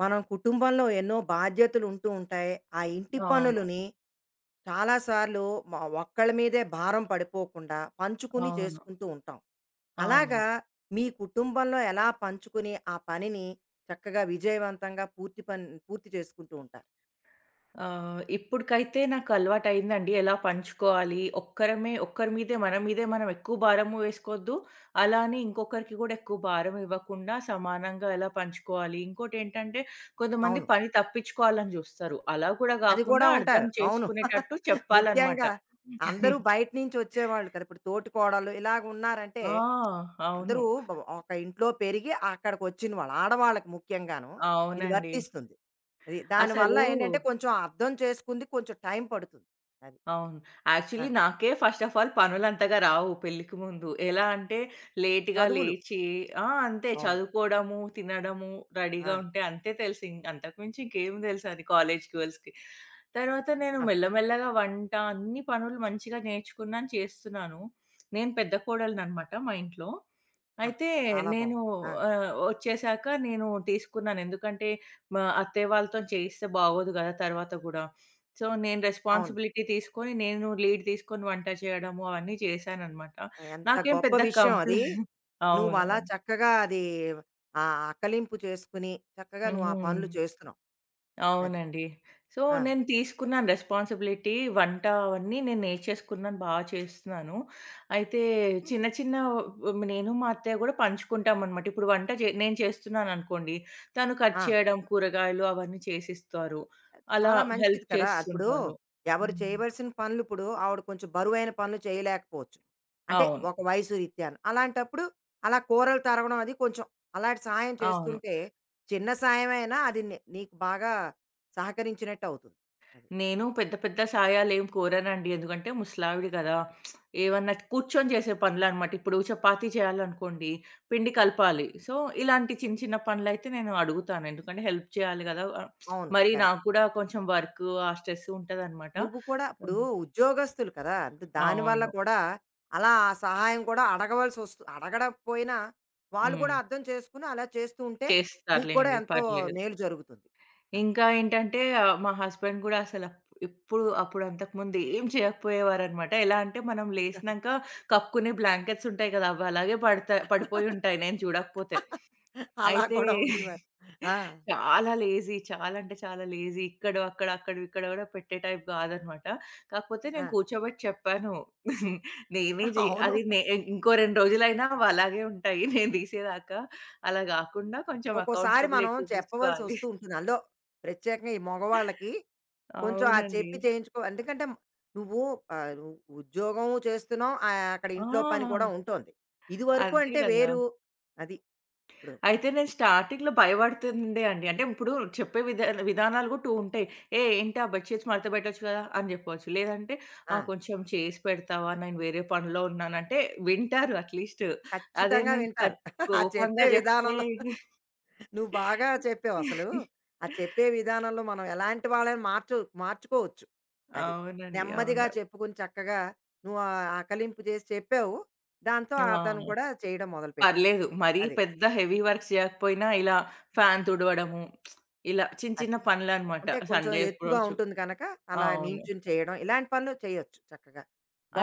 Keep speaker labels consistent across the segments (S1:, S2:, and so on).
S1: మనం కుటుంబంలో ఎన్నో బాధ్యతలు ఉంటూ ఉంటాయి. ఆ ఇంటి
S2: అవును.
S1: పనులని చాలా సార్లు మ ఒక్కళ్ళ మీదే భారం పడిపోకుండా పంచుకుని
S2: అవును.
S1: చేసుకుంటూ ఉంటాం. అలాగా
S2: అవునండి.
S1: మీ కుటుంబంలో ఎలా పంచుకుని ఆ పనిని చక్కగా విజయవంతంగా పూర్తి చేసుకుంటూ ఉంటారు?
S2: ఇప్పటికైతే నాకలవాటయిందండి. ఎలా పంచుకోవాలి, ఒక్కరమే ఒక్కరి మీదే మన మీదే మనం ఎక్కువ భారము వేసుకోవద్దు. అలా అని ఇంకొకరికి కూడా ఎక్కువ భారం ఇవ్వకుండా సమానంగా ఎలా పంచుకోవాలి. ఇంకోటేంటంటే కొంతమంది
S1: అవును.
S2: పని తప్పించుకోవాలని చూస్తారు. అలా కూడా
S1: అది కూడా
S2: కాకుండా
S1: ఉంటారు.
S2: అర్థం
S1: అవును.
S2: చేసుకునేటట్టు చెప్పాలన్నమాట.
S1: ముఖ్యంగా అందరూ బయట నుంచి వచ్చేవాళ్ళు కదా! ఇప్పుడు తోటికోడళ్ళు ఇలాగ ఉన్నారంటే
S2: ఆ! అవును.
S1: అందరూ ఒక ఇంట్లో పెరిగి అక్కడికొచ్చిన వాళ్ళు ఆడవాళ్ళకి ముఖ్యంగాను ఇది
S2: అవునండి.
S1: వర్తిస్తుంది. అది దానివల్ల
S2: అసలు
S1: ఏంటంటే కొంచెం అర్థం చేసుకుంది కొంచెం టైం పడుతుంది. అది.
S2: అవును.
S1: ఆ!
S2: యాక్చువల్లీ నాకే ఫస్ట్ ఆఫ్ ఆల్ పనులంతగా రావు పెళ్ళికి ముందు. ఎలా అంటే లేట్‌గా
S1: చదువులు.
S2: లేచి, ఆ, అంతే
S1: అవును.
S2: చదువుకోవడము, తినడము,
S1: ఆ!
S2: రెడీగా ఉంటే అంతే తెలుసు. అంతకుమించి ఇంకేం తెలుసది కాలేజ్ గర్ల్స్‌కి. తర్వాత నేను
S1: అవును.
S2: మెల్లమెల్లగా వంట అన్ని పనులు మంచిగా నేర్చుకున్నాను, చేస్తున్నాను. నేను పెద్ద కోడలిననమాట మా ఇంట్లో.
S1: ఆహా!
S2: అయితే
S1: చాలా
S2: నేను,
S1: బావుంది. ఆ!
S2: ఒచ్చేసాక నేను తీసుకున్నాను. ఎందుకంటే మా అత్తయ్య వాళ్ళతోని చేయిస్తే బాగోదు గదా! తర్వాత గూడా. సో, నేను
S1: అవును.
S2: రెస్పాన్సిబిలిటీ తీసుకొని, నేను లీడ్ తీసుకొని వంట చేయడము అవన్నీ చేశాననమాట.
S1: ఎంత
S2: నాకేం
S1: గొప్ప
S2: పెద్ద
S1: విషయం
S2: కంప్లెయింట్.
S1: అది. నువ్వలా
S2: అవునవును.
S1: చక్కగా అది ఆ అకలింపు చేసుకుని చక్కగా నువ్వు ఆ
S2: హ్మ్.
S1: పనులు చేస్తున్నావు. అది.
S2: అవునండి. సో,
S1: ఆ!
S2: నేను తీసుకున్నాను రెస్పాన్సిబిలిటీ. వంట అవన్నీ నేను నేర్చేసుకున్నాను, బా చేస్తున్నాను. అయితే చిన్న చిన్న, నేను మా అత్తయ్య గూడా పంచుకుంటామనమాట. ఇప్పుడు వంట చే నేను చేస్తున్నాననుకోండి, తను కట్
S1: ఆ!
S2: చేయడం, కూరగాయలు అవన్నీ చేసిస్తారు. అలా
S1: చాలా మంచిది
S2: హెల్ప్
S1: కదా! ఇప్పుడు
S2: చేస్తుంటారు.
S1: ఎవరు
S2: హ్మ్.
S1: చేయవలసిన పనులు ఇప్పుడు ఆవిడ కొంచెం బరువైన పనులు చేయలేకపోవచ్చు. అంటే
S2: అవును.
S1: ఒక వయసు రీత్యాను. అలాంటప్పుడు అలా కూరలు తరగడం అది కొంచెం అలాంటి సహాయం
S2: అవును.
S1: చేస్తుంటే చిన్న సాయమైనా అది నీకు బాగా సహకరించినట్టు అవుతుంది. అది.
S2: నేను పెద్ద పెద్ద సాయాలేం కోరనండి. ఎందుకంటే ముసలావిడ గదా! ఏవన్నా కూర్చొని చేసే పనులనమాట. ఇప్పుడు చపాతీ చేయాలనుకోండి, పిండి కలపాలి. సో, ఇలాంటి చిన్న చిన్న పనులైతే నేను అడుగుతాను. ఎందుకంటే హెల్ప్ చేయాలి గదా!
S1: అవును.
S2: మరి
S1: కరెక్ట్.
S2: నాకు కూడా కొంచెం వర్కు ఆ స్ట్రెస్ ఉంటదనమాట.
S1: నువ్వు కూడా ఇప్పుడు
S2: హ్మ్.
S1: ఉద్యోగస్తులు కదా! అంటే దానివల్ల
S2: అవును.
S1: కూడా అలా ఆ సహాయం కూడా అడగడకపోయినా వాళ్ళు కూడా
S2: హ్మ్.
S1: అర్థం చేసుకొని అలా చేస్తూ ఉంటే నీకు కూడా
S2: చేస్తారులేండి.
S1: ఎంతో
S2: పర్లేదు.
S1: మేలు జరుగుతుంది.
S2: ఇంకా ఏంటంటే, మా హస్బెండ్ గూడా, ఎప్పుడు అప్పుడు అంతకుముందు ఏం చేయకపోయేవారనమాట. ఎలా అంటే మనం లేసినంక కప్పుకునే బ్లాంకెట్స్ ఉంటాయి గదా! అవి అలాగే
S1: అది.
S2: పడిపోయుంటాయి నేను చూడకపోతే.
S1: అలా
S2: అయితే
S1: కూడా ఉండేవారు. ఆ!
S2: చాలా లేజీ, చాలా అంటే చాలా లేజీ. ఇక్కడో అక్కడ, అక్కడో ఇక్కడ గూడా పెట్టే టైప్ గాదనమాట. కాకపోతే
S1: ఆ!
S2: నేను కూర్చోబెట్టి చెప్పాను. నేనే జెయ్
S1: అవును.
S2: అది నే ఇంకో 2 రోజులైనా అవి అలాగే ఉంటాయి, నేను తీసేదాకా. అలా గాకుండా కొంచెం
S1: ఒక్కోసారి మనం
S2: అకౌంటబిలిటీ
S1: చెప్పవలసి
S2: తీసుకోవాలి.
S1: వస్తూ ఉంటుంది. అందులో ప్రత్యేకంగా ఈ మగవాళ్ళకి కొంచెం ఆ
S2: అవునండి.
S1: చెప్పి చేయించుకో ఎందుకంటే నువ్వు నువ్వు ఉద్యోగం చేస్తున్నావు. అక్కడ ఇంట్లో పని కూడా
S2: ఆ!
S1: ఉంటోంది. ఇదివరకు
S2: అదే
S1: అంటే
S2: గదా!
S1: వేరు. అది ఇప్పుడు.
S2: అయితే నేను స్టార్టింగ్‌లో భయపడుతుండే అండి. అంటే ఇప్పుడు చెప్పే విధానాలు గూడా 2 ఉంటాయి. "ఏ ఏంటి ఆ బెడ్‌షీట్స్ మడత పెట్టొచ్చు గదా!" అని జెప్పొచ్చు. లేదంటే,
S1: ఆ!
S2: కొంచెం చేసి పెడతావా? నేను వేరే పనిలో ఉన్నానంటే" వింటారు అట్‌లీస్ట్. అదే
S1: ఖచ్చితంగా
S2: నేను
S1: వింటారు.
S2: కట్
S1: ఆ
S2: కోపంగా
S1: చెప్పే
S2: జెప్తే
S1: విధానంలో నువ్వు బాగా చెప్పావు అసలు. ఆ చెప్పే విధానంలో మనం ఎలాంటి వాళ్ళని మార్చుకోవచ్చు. అది.
S2: అవునండి.
S1: నెమ్మదిగా
S2: అవును.
S1: చెప్పుకొని చక్కగా నువ్వు ఆ ఆకలింపు చేసి చెప్పావు. దాంతో
S2: ఆ!
S1: అతను కూడా చేయడం మొదలుపెట్టాడు.
S2: పర్లేదు. మరీ
S1: అది.
S2: పెద్ద హెవీ వర్క్స్ చేయకపోయినా ఇలా ఫ్యాన్ తుడవడము, ఇలా చిన్న
S1: అది.
S2: చిన్న పనులనమాట
S1: అంటే కొంచెం
S2: సండే
S1: ఎత్తుగా
S2: రోజు.
S1: ఉంటుంది కనుక అలా
S2: అవును.
S1: నించుని చేయడం. ఇలాంటి పనులు చేయొచ్చు చక్కగా.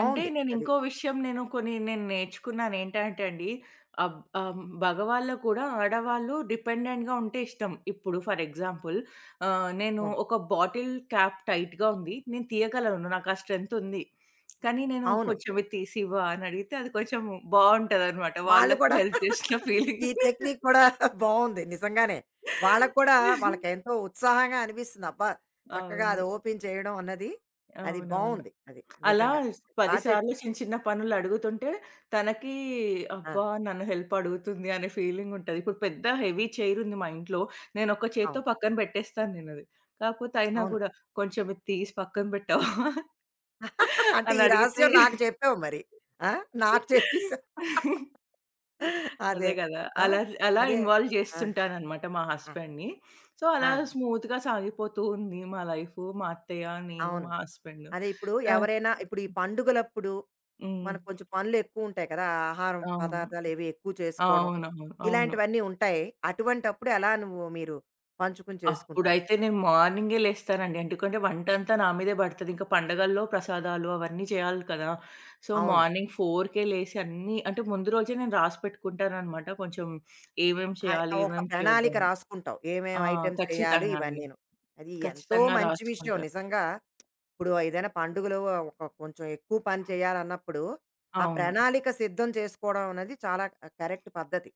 S2: అంటే నేను
S1: అది.
S2: ఇంకో విషయం, నేను కొన్ని నేను నేర్చుకున్నాను ఏంటంటే అండి, అబ్ ఆహ్, మగవాళ్ళకి కూడా ఆడవాళ్ళు డిపెండెంట్‌గా ఉంటే ఇష్టం. ఇప్పుడు ఫర్ ఎగ్జాంపుల్, నేను
S1: అవును.
S2: ఒక బాటిల్ క్యాప్ టైట్‌గా ఉంది. నేను తీయగలను. నాకు ఆ స్ట్రెంత్ ఉంది. కానీ నేను
S1: అవును.
S2: కొంచెం "ఇది తీసివ్వా" అని అడిగితే అది కొంచెం బావుంటదనమాట.
S1: వాళ్ళు
S2: వాళ్ళకి
S1: కూడా
S2: హెల్ప్ చేసిన ఫీలింగ్.
S1: ఈ టెక్నిక్ కూడా బావుంది. నిజంగానే. వాళ్ళకి కూడా వాళ్ళకెంతో ఉత్సాహంగా అనిపిస్తుంది. అబ్బా! చక్కగా
S2: అవును.
S1: అది ఓపెన్ చేయడం అన్నది. అది
S2: అవునవును.
S1: బావుంది. అది
S2: అలా
S1: నిజంగా. బా
S2: 10 సార్లు
S1: చెప్పావు.
S2: చిన్న చిన్న పనులు అడుగుతుంటే తనకి
S1: ఆ!
S2: అబ్బా! నన్ను హెల్ప్ అడుగుతుంది అనే ఫీలింగ్ ఉంటది. ఇప్పుడు పెద్ద హెవీ చైర్ ఉంది మా ఇంట్లో. నేను ఒక చేత్తో
S1: అవును.
S2: పక్కన పెట్టేస్తాను నేనది. కాకపోతే అయినా
S1: అవును.
S2: గూడా కొంచెం ఇది తీసి పక్కన పెట్టవా?
S1: అంటే
S2: అని
S1: ఈ
S2: అడిగితే
S1: రహస్యం నాకు చెప్పావు మరి. ఆ! నాకు చెప్పేసావు. అదే.
S2: అదే గదా!
S1: ఆ!
S2: అలా అలా
S1: అదే.
S2: ఇన్వాల్వ్
S1: ఆ!
S2: చేస్తుంటాననమాట మా
S1: ఆ!
S2: హస్బెండ్‌ని. సో,
S1: ఆ!
S2: అలా స్మూత్‌గా సాగిపోతూ ఉంది మా లైఫు. మా అత్తయ్య, నేను,
S1: అవును.
S2: మా హస్బెండ్.
S1: అదే ఇప్పుడు
S2: ఆహ్,
S1: ఎవరైనా ఇప్పుడు ఈ పండుగలప్పుడు
S2: హ్మ్.
S1: మనకు కొంచెం పనులు ఎక్కువుంటాయి కదా! ఆహారం
S2: అవును.
S1: పదార్థాలు ఏవి ఎక్కువ చేసుకోవడం.
S2: అవునవును. అవును.
S1: ఇలాంటివన్నీ ఉంటాయి. అటువంటప్పుడు ఎలా నువ్వు మీరు పంచుకుని చేసుకుంటారు?
S2: అప్పుడైతే నేను మార్నింగే లేస్తానండి. ఎందుకంటే వంటంతా నా మీదే పడతది. ఇంకా పండగల్లో ప్రసాదాలు అవన్నీ చేయాలి కదా! సో,
S1: అవును.
S2: మార్నింగ్ 4:00కే లేసి అన్నీ, అంటే ముందు రోజే నేను రాసి పెట్టుకుంటాననమాట. కొంచెం ఏమేం
S1: ఆహ్,
S2: చేయాలి?
S1: ఒక
S2: ఏమేం
S1: ప్రణాళిక
S2: చేయొద్దని.
S1: రాసుకుంటావు. ఏమేం
S2: ఆ!
S1: ఐటెమ్స్ చేయాలి
S2: ఖచ్చితంగా అండి.
S1: ఇవన్నీను. అది ఎంతో
S2: ఖచ్చితంగా
S1: మంచి విషయం
S2: రాసుకుంటా.
S1: నిజంగా. ఇప్పుడు ఏదైనా పండుగలు ఒక కొంచెం ఎక్కువ పని చేయాలన్నప్పుడు, ఆ
S2: అవును.
S1: ప్రణాళిక సిద్ధం చేసుకోవడం అనేది చాలా కరెక్ట్ పద్ధతి.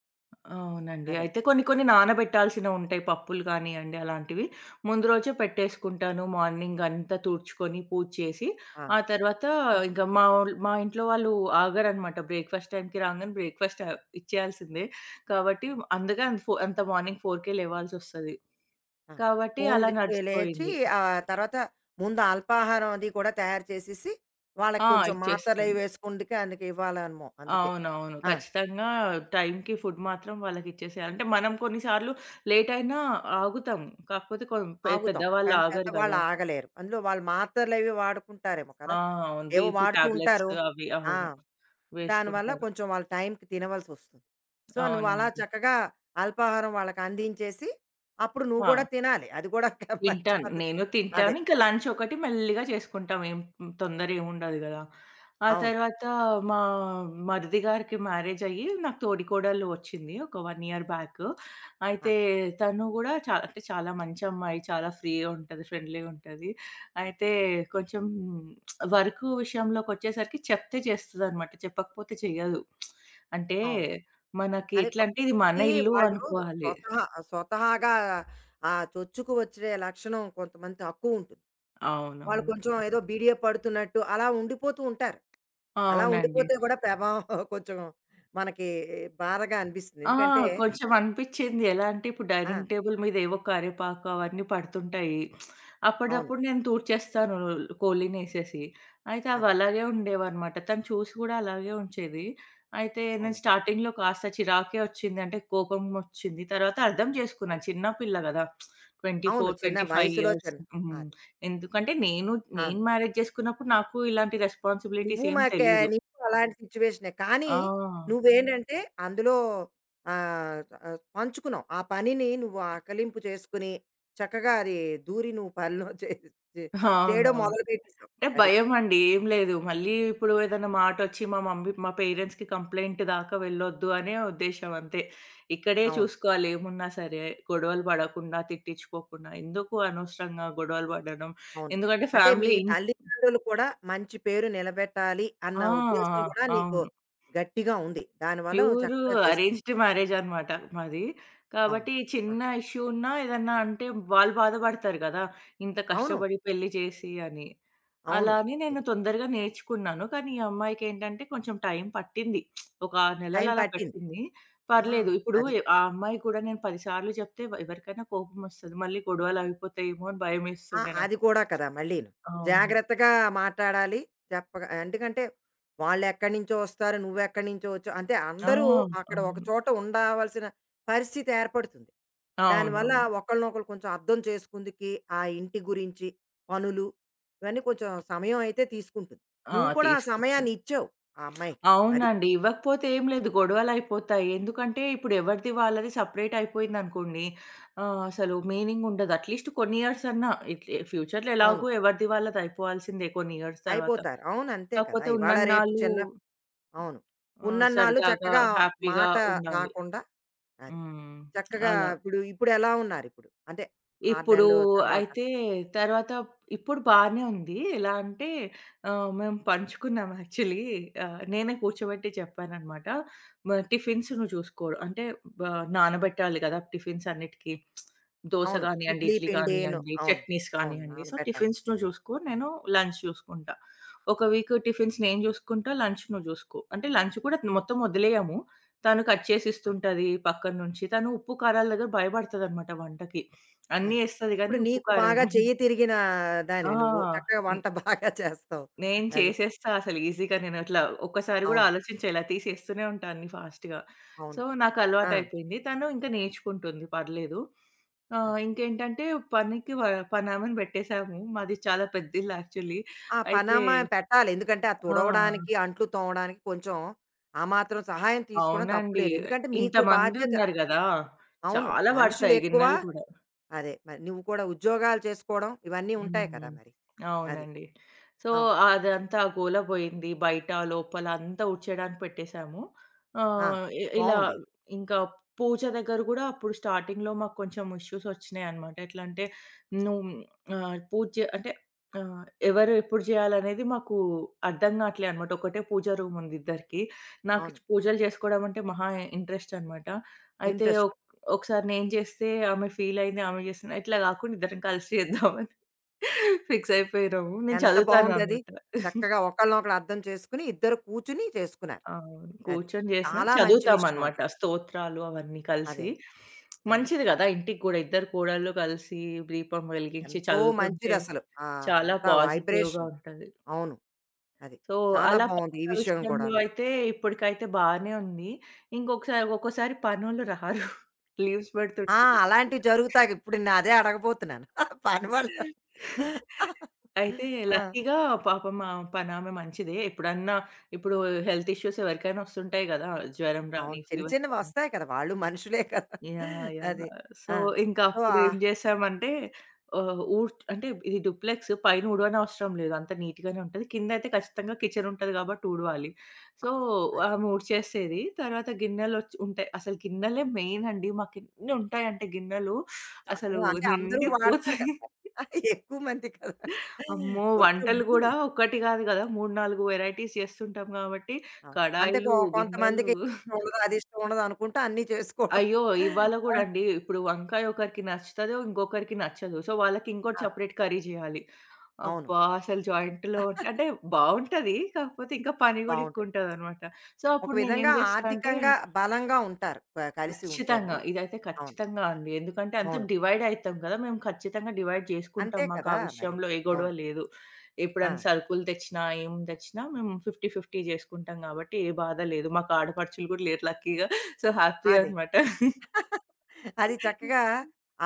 S2: అవునండి.
S1: అది.
S2: అయితే కొన్ని కొన్ని నానబెట్టాల్సినవుంటాయి, పప్పులు గానియండి అలాంటివి. ముందు రోజే పెట్టేసుకుంటాను. మార్నింగ్ అంతా తుడుచుకొని, పూజ చేసి,
S1: ఆ!
S2: ఆ తర్వాత, ఇంక మా ఇంట్లో వాళ్ళు ఆగరనమాట. బ్రేక్‌ఫాస్ట్ టైమ్‌కి రాంగానే బ్రేక్‌ఫాస్ట్, ఇచ్చేయాల్సిందే. కాబట్టి అందుకే అంత మార్నింగ్ 4కే లేవాల్సొస్తది.
S1: ఆ!
S2: కాబట్టి అలా
S1: ఫోన్‌లు లేచి
S2: నడిచిపోయింది.
S1: ఆ తర్వాత ముందు అల్పాహారం అది కూడా తయారు చేసేసి, వాళ్ళకి
S2: ఆ!
S1: కొంచెం మాత్రలవి
S2: ఇచ్చేస్తాను.
S1: వేసుకుందుకే అందుకే ఇవ్వాలేమో అందుకే.
S2: అవునవును.
S1: ఆ!
S2: ఖచ్చితంగా టైంకి ఫుడ్ మాత్రం వాళ్ళకిచ్చేసేయాలి. అంటే మనం కొన్ని సార్లు లేట్ అయినా ఆగుతాము. కాకపోతే కొం పె
S1: ఆగుతాం.
S2: పెద్దవాళ్ళు
S1: కానీ
S2: ఆగరు
S1: పెద్దవాళ్ళు
S2: కదా!
S1: ఆగలేరు. అందులో వాళ్ళు మాత్రలవి వాడుకుంటారేమో కదా!
S2: ఆ! అవును.
S1: ఏవో
S2: బీపీ
S1: వాడుతూ
S2: టాబ్లెట్స్
S1: ఉంటారు.
S2: అవి
S1: ఆ!
S2: అవును.
S1: దానివల్ల
S2: వేసుకుంటారు.
S1: కొంచెం వాళ్ళు టైంకి తినవలసొస్తుంది. సో, నువ్వలా
S2: అవునండి.
S1: చక్కగా అల్పాహారం వాళ్ళకి అందించేసి, అప్పుడు నువ్వు కూడా
S2: ఆ!
S1: తినాలి. అది కూడా ఒక మంచి
S2: తింటాను.
S1: పద్ధతి.
S2: నేను
S1: అదే.
S2: తింటాను. ఇంకా లంచ్ ఒకటి మెల్లిగా చేసుకుంటాం. ఏం తొందర ఏముండదు గదా! ఆ
S1: అవును.
S2: తర్వాత మా మరిది గారికి మ్యారేజ్ అయ్యి నాకు తోడికోడలు వచ్చింది. ఒక 1 ఇయర్ బ్యాక్.
S1: ఆ!
S2: అయితే తను గూడా చాలా, అంటే చాలా మంచి అమ్మాయి. చాలా ఫ్రీగా ఉంటది. ఫ్రెండ్లీగా ఉంటది. అయితే కొంచెం వర్క్ విషయంలోకొచ్చేసరికి చెప్తే చేస్తదనమాట. చెప్పకపోతే చెయ్యదు. అంటే
S1: అవును.
S2: మనకి
S1: అదే
S2: ఎట్లంటే ఇది మన
S1: కొంతమందికి
S2: ఇల్లు
S1: వాళ్ళు
S2: అనుకోవాలి.
S1: స్వతహా స్వతహాగా ఆ చొచ్చుకు వచ్చే లక్షణం కొంతమంది తక్కువ ఉంటుంది. వాళ్ళు
S2: అవునవును.
S1: కొంచెం ఏదో బీడియ పడుతున్నట్టు అలా ఉండిపోతూ ఉంటారు. అలా
S2: అవునండి.
S1: ఉండిపోతే కూడా ప్రభావం కొంచెం మనకి బాధగా అనిపిస్తుంది.
S2: ఆ!
S1: ఎందుకంటే
S2: కొంచెం అనిపిచ్చింది. ఎలా అంటే ఇప్పుడు
S1: ఆ!
S2: డైనింగ్ టేబుల్ మీద ఏవో కరివేపాకు అవన్నీ పడుతుంటాయి.
S1: అవును.
S2: అప్పటిదప్పుడు నేను తూడ్చేస్తాను కోళ్ళినేసేసి. అయితే అవి
S1: అదే.
S2: అలాగే ఉండేవన్నమాట. తను చూసి గూడా అలాగే ఉంచేది. అయితే నేను
S1: అవును.
S2: స్టార్టింగ్‌లో కాస్త చిరాకే వచ్చింది. అంటే కోపం వచ్చింది. తర్వాత అర్థం చేసుకున్నా,
S1: అవును.
S2: చిన్న పిల్ల గదా! 24,
S1: అవును. చిన్న
S2: 25
S1: వయసులో
S2: ఇయర్స్.
S1: చిన్న
S2: హ్మ్.
S1: అది.
S2: ఎందుకంటే నేను
S1: అవును.
S2: నేను మ్యారేజ్ చేసుకున్నప్పుడు నాకు ఇలాంటి
S1: నువ్వు
S2: రెస్పాన్సిబిలిటీస్ ఏం
S1: మాకే
S2: తెలీదు.
S1: నీకు అలాంటి సిచ్యువేషనే. కానీ
S2: ఆ!
S1: నువ్వేంటంటే అందులో ఆహ్, ఆహ్, పంచుకున్నావు. ఆ పనిని నువ్వు ఆకలింపు చేసుకొని చక్కగా అది దూరి నువ్వు పనిలో చే చే చేయడం
S2: అవునవును.
S1: మొదలుపెట్టేసావు.
S2: అంటే
S1: అది.
S2: భయమండి. ఏం లేదు. మళ్ళీ ఇప్పుడు ఏదైనా మాటొచ్చి మా మమ్మీ మా పేరెంట్స్‌కి కంప్లెయింట్ దాకా వెళ్ళొద్దు అనే ఉద్దేశ్యం, అంతే. ఇక్కడే
S1: అవును.
S2: చూసుకోవాలి ఏమున్నా సరే. గొడవలు పడకుండా, తిట్టించుకోకుండా, ఎందుకు అనవసరంగా గొడవలు పడడం.
S1: అవును.
S2: ఎందుకంటే
S1: అంటే మీ
S2: ఫ్యామిలీ ఇన్,
S1: తల్లిదండ్రులు కూడా మంచి పేరు నిలబెట్టాలి అన్న
S2: ఆ!
S1: ఉద్దేశ్యం కూడా నీకు
S2: అవును.
S1: గట్టిగా ఉంది. దానివల్ల నువ్వు
S2: ప్యూర్
S1: చక్కగా చేసుకున్నావు.
S2: అరేంజ్డ్ మ్యారేజ్ అన్నమాట మాది.
S1: అవును.
S2: కాబట్టి
S1: ఆ!
S2: చిన్న ఇష్యూ ఉన్నా ఏదన్నా అంటే వాళ్ళు బాధపడతారు గదా! ఇంత
S1: అవును.
S2: కష్టపడి పెళ్లి చేసి అని.
S1: అవును.
S2: అలా అని
S1: అదే.
S2: నేను తొందరగా నేర్చుకున్నాను. కానీ ఈ అమ్మాయికేంటంటే కొంచెం టైం పట్టింది. ఒక 6
S1: టైం
S2: నెలలు అలా
S1: పట్టింది.
S2: పట్టింది.
S1: ఆ!
S2: పర్లేదు. ఇప్పుడు
S1: అది.
S2: ఆ అమ్మాయి కూడా, నేను 10 సార్లు చెప్తే ఎవరికైనా కోపమొస్తది. మళ్ళీ గొడవలు అయిపోతాయేమో అని
S1: ఆ!
S2: భయమేస్తుండే
S1: అది
S2: నాకు.
S1: కూడా కదా! మళ్ళీను.
S2: అవును.
S1: జాగ్రత్తగా మాట్లాడాలి. చెప్పగా ఎందుకంటే వాళ్ళెక్కడి నుంచో వస్తారు. నువ్వెక్కడి నుంచో వచ్చావు. అంటే
S2: ఆ!
S1: అందరూ అక్కడ ఒక
S2: అవును.
S1: చోట ఉండవలసిన పరిస్థితి ఏర్పడుతుంది.
S2: అవునవును.
S1: దానివల్ల ఒకళ్ళనొకళ్ళు కొంచెం అర్థం చేసుకుందుకి, ఆ ఇంటి గురించి, పనులు ఇవన్నీ కొంచెం సమయం అయితే తీసుకుంటుంది.
S2: ఆ!
S1: నువ్వు కూడా ఆ
S2: తీసుకుంటాను.
S1: సమయాన్ని ఇచ్చావు ఆ అమ్మాయికి. అది.
S2: అవునండి. ఇవ్వకపోతే ఏం లేదు, గొడవలయిపోతాయి. ఎందుకంటే ఇప్పుడు ఎవరిది వాళ్ళది సెపరేట్ అయిపోయిందనుకోండి. అసలు మీనింగ్ ఉండదు. అట్‌లీస్ట్ కొన్ని ఇయర్స్ అన్నా. ఇట్లే ఫ్యూచర్‌లో
S1: అవును.
S2: ఎలాగో ఎవరిది వాళ్ళది అయిపోవాల్సిందే కొన్ని ఇయర్స్ తర్వాత.
S1: అయిపోతారు. అవును. అంతే కదా!
S2: కాకపోతే
S1: ఇవాళ రేపు
S2: ఉన్నన్నాళ్ళు,
S1: చిన్న అవును. ఉన్నన్నాళ్ళు
S2: సరదాగా
S1: చక్కగా
S2: హ్యాపీగా
S1: మాట
S2: ఉండాలి.
S1: రాకుండా అది.
S2: హ్మ్.
S1: చక్కగా
S2: అలా.
S1: ఇప్పుడెలా ఉన్నారిప్పుడు? అంటే 6
S2: ఇప్పుడు
S1: నెలలు తర్వాత.
S2: అయితే తర్వాత ఇప్పుడు బానే ఉంది. ఎలా అంటే, మేము పంచుకున్నాం యాక్చువల్లీ. నేనే కూర్చోబెట్టి చెప్పాననమాట. టిఫిన్స్ నువ్వు చూసుకో అంటే, బ నానబెట్టాలి కదా! టిఫిన్స్ అన్నిటికి. దోస
S1: అవును.
S2: గానియండి,
S1: ఇడ్లీ
S2: ఇడ్లీ
S1: పిండి ను
S2: గానియండి,
S1: అవును.
S2: చట్నీస్
S1: అవును.
S2: కానియండి. సో,
S1: నానబెట్టాలి.
S2: టిఫిన్స్ నువ్వు చూసుకో. నేను లంచ్ చూసుకుంటా. ఒక వీక్ టిఫిన్స్ నేను చూసుకుంటా. లంచ్ నువ్వు చూసుకో. అంటే లంచ్ కూడా మొత్తం వదిలేయము. తను కట్ చేసి
S1: అదే.
S2: ఇస్తుంటది పక్కన నుంచి. తను ఉప్పు, కారాల దగ్గర భయపడతదనమాట వంటకి.
S1: అదే.
S2: అన్నీ ఏస్తది గానీ,
S1: ఇప్పుడు
S2: ఉప్పు,
S1: నీకు
S2: కారం.
S1: బాగా చెయ్యి తిరిగిన
S2: ఆ!
S1: దానివి నువ్వు. చక్కగా
S2: హ్మ్.
S1: వంట బాగా చేస్తావు.
S2: నేను
S1: అది.
S2: చేసేస్తా అసలు ఈజీగా, నేనట్లా ఒక్కసారి గూడా
S1: అవును.
S2: ఆలోచించా. ఇలా తీసేస్తూనే ఉంటా అన్ని ఫాస్ట్‌గా. సో,
S1: అవును.
S2: నాకు
S1: ఆ!
S2: అలవాటయిపోయింది. తను ఇంకా నేర్చుకుంటుంది, పర్లేదు.
S1: అది.
S2: ఇంకేంటంటే, పనికి వ పనామెను బెట్టేసాము. మాది చాలా పెద్ద ఇల్లు యాక్చువల్లీ.
S1: ఆ
S2: అయితే
S1: పనమ్మాయిని పెట్టాలి. ఎందుకంటే, ఆ
S2: ఆ!
S1: తుడవడానికి, అంట్లు తోమడానికి కొంచెం ఆ మాత్రం సహాయం తీసుకోవడం
S2: అవునండి.
S1: తప్పులేదు. ఎందుకంటే, మీకు
S2: ఇంతమంది
S1: బాధ్యత
S2: ఉన్నారు గదా!
S1: అవును.
S2: చాలా పడతాయి
S1: మనుషులెక్కువ.
S2: గిన్నెలు కూడా.
S1: అదే. మరి నువ్వు కూడా ఉద్యోగాలు చేసుకోవడం ఇవన్నీ ఉంటాయి కదా
S2: హ్మ్.
S1: మరి. అది.
S2: అవునండి. సో,
S1: అవును.
S2: అదంతా గోల పోయింది. బయట, లోపల అంతా ఊడ్చేయడానికి పెట్టేసాము.
S1: ఆ!
S2: ఆహ్, ఇ ఇలా
S1: బావుంది ఇది.
S2: ఇంకా, పూజ దగ్గర గూడా అప్పుడు స్టార్టింగ్‌లో మాకు కొంచెం ఇష్యూస్ ఒచ్చినాయన్నమాట. ఎట్లా అంటే, నువ్వు, ఆహ్, పూజ చే అంటే, ఆహ్, ఎవరు ఎప్పుడు జేయాలనేది మాకు అర్థం గాట్లే అన్నమాట. ఒకటే పూజ రూమ్ ఉంది ఇద్దరికీ. నాకు
S1: అవును.
S2: పూజలు జేసుకోవడం అంటే మహా ఇంట్రెస్ట్ అన్నమాట. అయితే
S1: ఇంట్రెస్ట్.
S2: ఒకసారి నేను జేస్తే ఆమె ఫీల్ అయింది. ఆమె జేసింది. ఇట్లా గాకుండా ఇద్దరం కలిసి చేద్దాం ఫిక్స్
S1: అవును.
S2: అయిపోయినాము. నేను
S1: ఎంత బావుందది.
S2: చదువుతాననమాట.
S1: చక్కగా ఒకళ్ళనొకళ్ళు అర్థం చేసుకొని, ఇద్దరు కూర్చుని చేసుకున్నారు.
S2: అవును.
S1: అది.
S2: కూర్చొని జేసినా
S1: చాలా మంచి విషయం
S2: చదువుతామనమాట.
S1: అది.
S2: స్తోత్రాలు అవన్నీ కలిసి.
S1: అదే. అని.
S2: మంచిది గదా! ఇంటికి గూడా ఇద్దరు కోడళ్ళు కలిసి దీపం వెలిగించి
S1: ఎంతో
S2: చదువుతుంటే
S1: మంచిదసలు.
S2: చాలా
S1: అంతా
S2: పాజిటివ్‌గా
S1: వైబ్రేషన్.
S2: ఉంటది.
S1: అవును. అది.
S2: సో,
S1: చాలా
S2: అలా
S1: బావుంది ఈ
S2: పనుల
S1: విషయం
S2: విషయంలో
S1: కూడాను.
S2: అయితే ఇప్పటికైతే బానే ఉంది. ఇంకొకసారి ఒక్కొక్కసారి పనోళ్ళు రారు. లీవ్స్
S1: ఆ!
S2: పెడుతుంటారు.
S1: అలాంటివి జరుగుతాయి. ఇప్పుడు నేను అదే అడగబోతున్నాను. పని వల్ల.
S2: అయితే
S1: ఆ!
S2: లక్కీగా, పాపం మా పనామె మంచిదే. ఎప్పుడన్నా ఇప్పుడు హెల్త్ ఇష్యూస్ ఎవరికైనా వస్తుంటాయి గదా! జ్వరం
S1: అవును.
S2: రాని,
S1: చిన్న
S2: ఫీవర్
S1: చిన్నవి
S2: రాని.
S1: వస్తాయి కదా! వాళ్ళు మనుషులే కదా!
S2: యాహ్! యాహ్!
S1: అది.
S2: సో,
S1: ఆ!
S2: ఇంకా
S1: సో,
S2: అప్పుడు
S1: ఆ
S2: ఏం జేశామంటే, ఆహ్, ఊడ్చ్ అంటే, ఇది డూప్లెక్స్, పైన ఊడవనవసరం లేదు. అంత నీట్‌గానే ఉంటది. కిందయితే ఖచ్చితంగా కిచెన్ ఉంటది గాబట్టి ఊడవాలి. సో,
S1: అదే.
S2: ఆమె ఊడ్చేసేది. తర్వాత ఉంటాయి. అసలు గిన్నెలే మెయిన్ అండి. మాకెన్ని ఉంటాయంటే గిన్నెలు అసలు
S1: చాలా అంటే అందరూ వాడతారు
S2: నిండిపోతాయి.
S1: కదా! ఎక్కువ మంది కదా!
S2: అమ్మో!
S1: కొంచెం
S2: వంటలు
S1: ఉంటుంది.
S2: గూడా ఒక్కటి గాదు గదా! 3, 4 వెరైటీస్ చేస్తుంటాం గాబట్టి,
S1: అవును. అంటే
S2: కడాయిలు,
S1: కొంతమందికి
S2: గిన్నెలు,
S1: ఇది ఇష్టం ఉండదు, అది ఇష్టం ఉండదు అనుకుంటూ అన్నీ చేసుకోవడం.
S2: అయ్యో! ఇవాళ
S1: ఆ!
S2: గూడా అండి. ఇప్పుడు వంకాయ ఒకరికి నచ్చుతదో, ఇంకొకరికి నచ్చదు. సో, వాళ్ళకి ఇంకోటి
S1: ఆ!
S2: సెపరేట్ కర్రీ జేయాలి.
S1: అవును.
S2: అబ్బా! అసలు జాయింట్‌లో అంటే బావుంటది. కాకపోతే ఇంకా పని గూడా ఎక్కువ
S1: బావుంటుంది.
S2: ఉంటదనమాట. సో,
S1: ఒక
S2: అప్పుడు నేనేం
S1: విధంగా
S2: జేస్తా అంటే,
S1: ఆర్థికంగా బలంగా ఉంటారు. కలిసి ఉంటేను.
S2: ఖచ్చితంగా. ఇదైతే
S1: అవును.
S2: ఖచ్చితంగా అండి. ఎందుకంటే అంతా
S1: అవును.
S2: డివైడ్ అయితాం కదా! మేము ఖచ్చితంగా డివైడ్
S1: అంతే
S2: చేసుకుంటాం. మాకు
S1: కదా!
S2: ఆ
S1: మరి.
S2: విషయంలో ఏ గొడవ
S1: అవును.
S2: లేదు.
S1: ఆ!
S2: ఎప్పుడైనా సరుకులు తెచ్చినా, ఏం తెచ్చినా మేము 50, 50 చేసుకుంటాం, కాబట్టి ఏ బాధ లేదు. మాకు ఆడపడుచులు కూడా లేరు లక్కీగా. సో, హ్యాపీ
S1: అదే.
S2: అనమాట.
S1: అది చక్కగా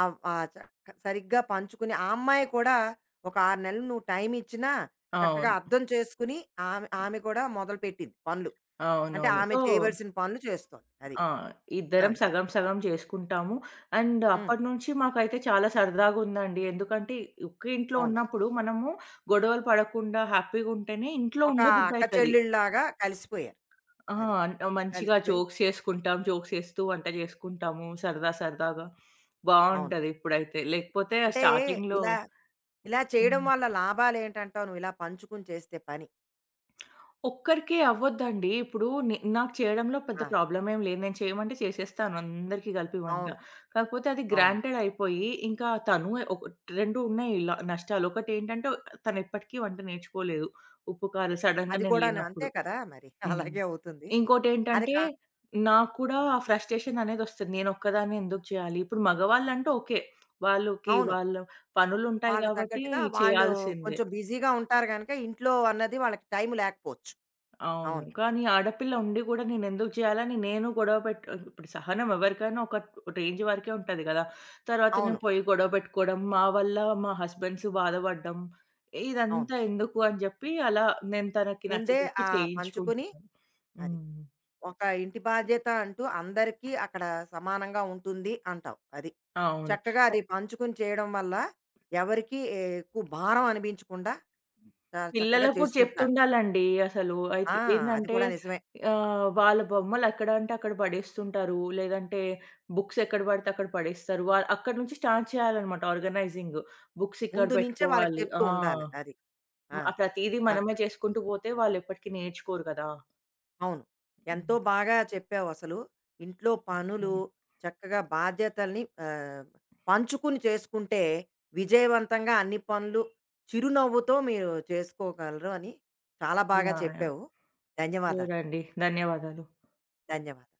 S1: ఆహ్, ఆహ్, చ సరిగ్గా పంచుకుని ఆ అమ్మాయి కూడా ఒక 6 నెలలు నువ్వు టైం ఇచ్చినా చక్కగా
S2: అవును.
S1: అర్థం చేసుకుని ఆమె కూడా మొదలుపెట్టింది పనులు. అంటే
S2: అవునవును.
S1: ఆమె
S2: సో,
S1: చేయవలసిన పనులు చేస్తోంది. అది.
S2: ఆ!
S1: ఆ!
S2: ఇద్దరం సగం సగం చేసుకుంటాము. అండ్
S1: హ్మ్.
S2: అప్పటినుంచి మాకైతే చాలా సరదాగా ఉందండి. ఎందుకంటే ఒకే ఇంట్లో
S1: అవును.
S2: ఉన్నప్పుడు మనము గొడవలు పడకుండా హ్యాపీగా ఉంటేనే ఇంట్లో
S1: ఒక
S2: ఉండబుద్ధి
S1: అక్క
S2: అయితది.
S1: చెల్లెల్లాగా కలిసిపోయారు.
S2: ఆ!
S1: అది.
S2: మంచిగా
S1: కలిసిపోయి
S2: జోక్స్ చేసుకుంటాం. జోక్స్ చేస్తూ వంట చేసుకుంటాము సరదా సరదాగా.
S1: అవును.
S2: బావుంటది ఇప్పుడైతే. లేకపోతే
S1: అంటే
S2: స్టార్టింగ్‌లో,
S1: ఇలా, ఇలా చేయడం
S2: హ్మ్.
S1: వల్ల లాభాలేంటంటావు నువ్వు ఇలా పంచుకుని చేస్తే పని?
S2: ఒక్కరికే అవ్వొద్దండి. ఇప్పుడు నాకు చేయడంలో పెద్ద
S1: ఆ!
S2: ప్రాబ్లమ్ ఏం లేదు. నేను చేయమంటే చేసేస్తాను అందరికీ కలిపి వంట.
S1: అవును.
S2: కాకపోతే అది
S1: అవును.
S2: గ్రాంటెడ్ అయిపోయి ఇంకా తను, ఒక 2 ఉన్నాయి ఇలా నష్టాలు. ఒకటేంటంటే తను ఎప్పటికీ వంట నేర్చుకోలేదు. ఉప్పు, కారం సడెన్‌గా
S1: అది
S2: నేను
S1: కూడాను అంతే
S2: లేనప్పుడు.
S1: కదా! మరి
S2: హ్మ్.
S1: అలాగే అవుతుంది. అది
S2: ఇంకోటేంటంటే,
S1: కా
S2: నాకు కూడా ఆ ఫ్రస్ట్రేషన్ అనేదొస్తది. నేనొక్కదాన్నే ఎందుకు చేయాలి? ఇప్పుడు మగవాళ్ళంటే ఓకే. వాళ్ళకి
S1: అవును.
S2: వాళ్ళ పనులుంటాయి
S1: వాళ్ళకి
S2: గాబట్టి
S1: తగ్గట్టుగా వాళ్ళు
S2: చేయాల్సిందే.
S1: కొంచెం బిజీగా ఉంటారు గనక ఇంట్లో అన్నది వాళ్ళకి టైం లేకపోవచ్చు.
S2: అవును.
S1: అవును.
S2: కానీ ఆడపిల్ల ఉండి గూడా నేనెందుకు చేయాలని నేను గొడవ పెట్ ఇప్పుడు సహనం ఎవరికైనా ఒక రేంజ్ వరకే ఉంటది గదా! తర్వాత
S1: అవును.
S2: నేను పోయి గొడవ పెట్టుకోవడం, మా వల్ల మా హస్బెండ్స్ బాధపడడం,
S1: అవును.
S2: ఇదంతా ఎందుకు అని జెప్పి, అలా నేను తనకి
S1: ముందే
S2: నచ్చజెప్పి
S1: పంచుకొని
S2: చేయించుకుంటున్నాను.
S1: అది.
S2: హ్మ్.
S1: ఒక ఇంటి బాధ్యత అంటూ అందరికీ అక్కడ సమానంగా ఉంటుంది అంటావు. అది.
S2: అవును.
S1: చక్కగా అది పంచుకొని చేయడం వల్ల ఎవరికీ ఎక్కువ భారం అనిపించకుండా చాలా చక్కగా
S2: పిల్లలకు కూడా
S1: చేసుకుంటున్నారు.
S2: చెప్తుండాలండి అసలు.
S1: ఆ!
S2: అయితే
S1: అది
S2: ఏందంటే,
S1: కూడా నిజమే.
S2: వాళ్ళ బొమ్మలు ఎక్కడ అంటే అక్కడ పడేస్తుంటారు. లేదంటే బుక్స్ ఎక్కడ పడితే అక్కడ పడేస్తారు. అక్కడి నుంచి స్టార్ట్ చేయాలన్నమాట ఆర్గనైజింగ్. బుక్స్ ఇక్కడ
S1: ముందు నుంచే వాళ్ళకి
S2: పెట్టుకోవాలి.
S1: చెప్తూ
S2: ఆ!
S1: ఉండాలి. అది. ఆ!
S2: ఆ ప్రతీదీ
S1: ఆ!
S2: మనమే చేసుకుంటూ పోతే వాళ్ళు ఎప్పటికి నేర్చుకోరు కదా!
S1: అవును. ఎంతో
S2: హ్మ్.
S1: బాగా చెప్పావు అసలు. ఇంట్లో పనులు
S2: ఓకే.
S1: చక్కగా బాధ్యతల్ని పంచుకుని చేసుకుంటే విజయవంతంగా అన్ని పనులు చిరునవ్వుతో మీరు చేసుకోగలరు అని చాలా బాగా
S2: యాహ్! యాహ్!
S1: చెప్పావు.
S2: ష్యూర్
S1: ధన్యవాదాలు.
S2: అండి. ధన్యవాదాలు.
S1: ధన్యవాదాలు.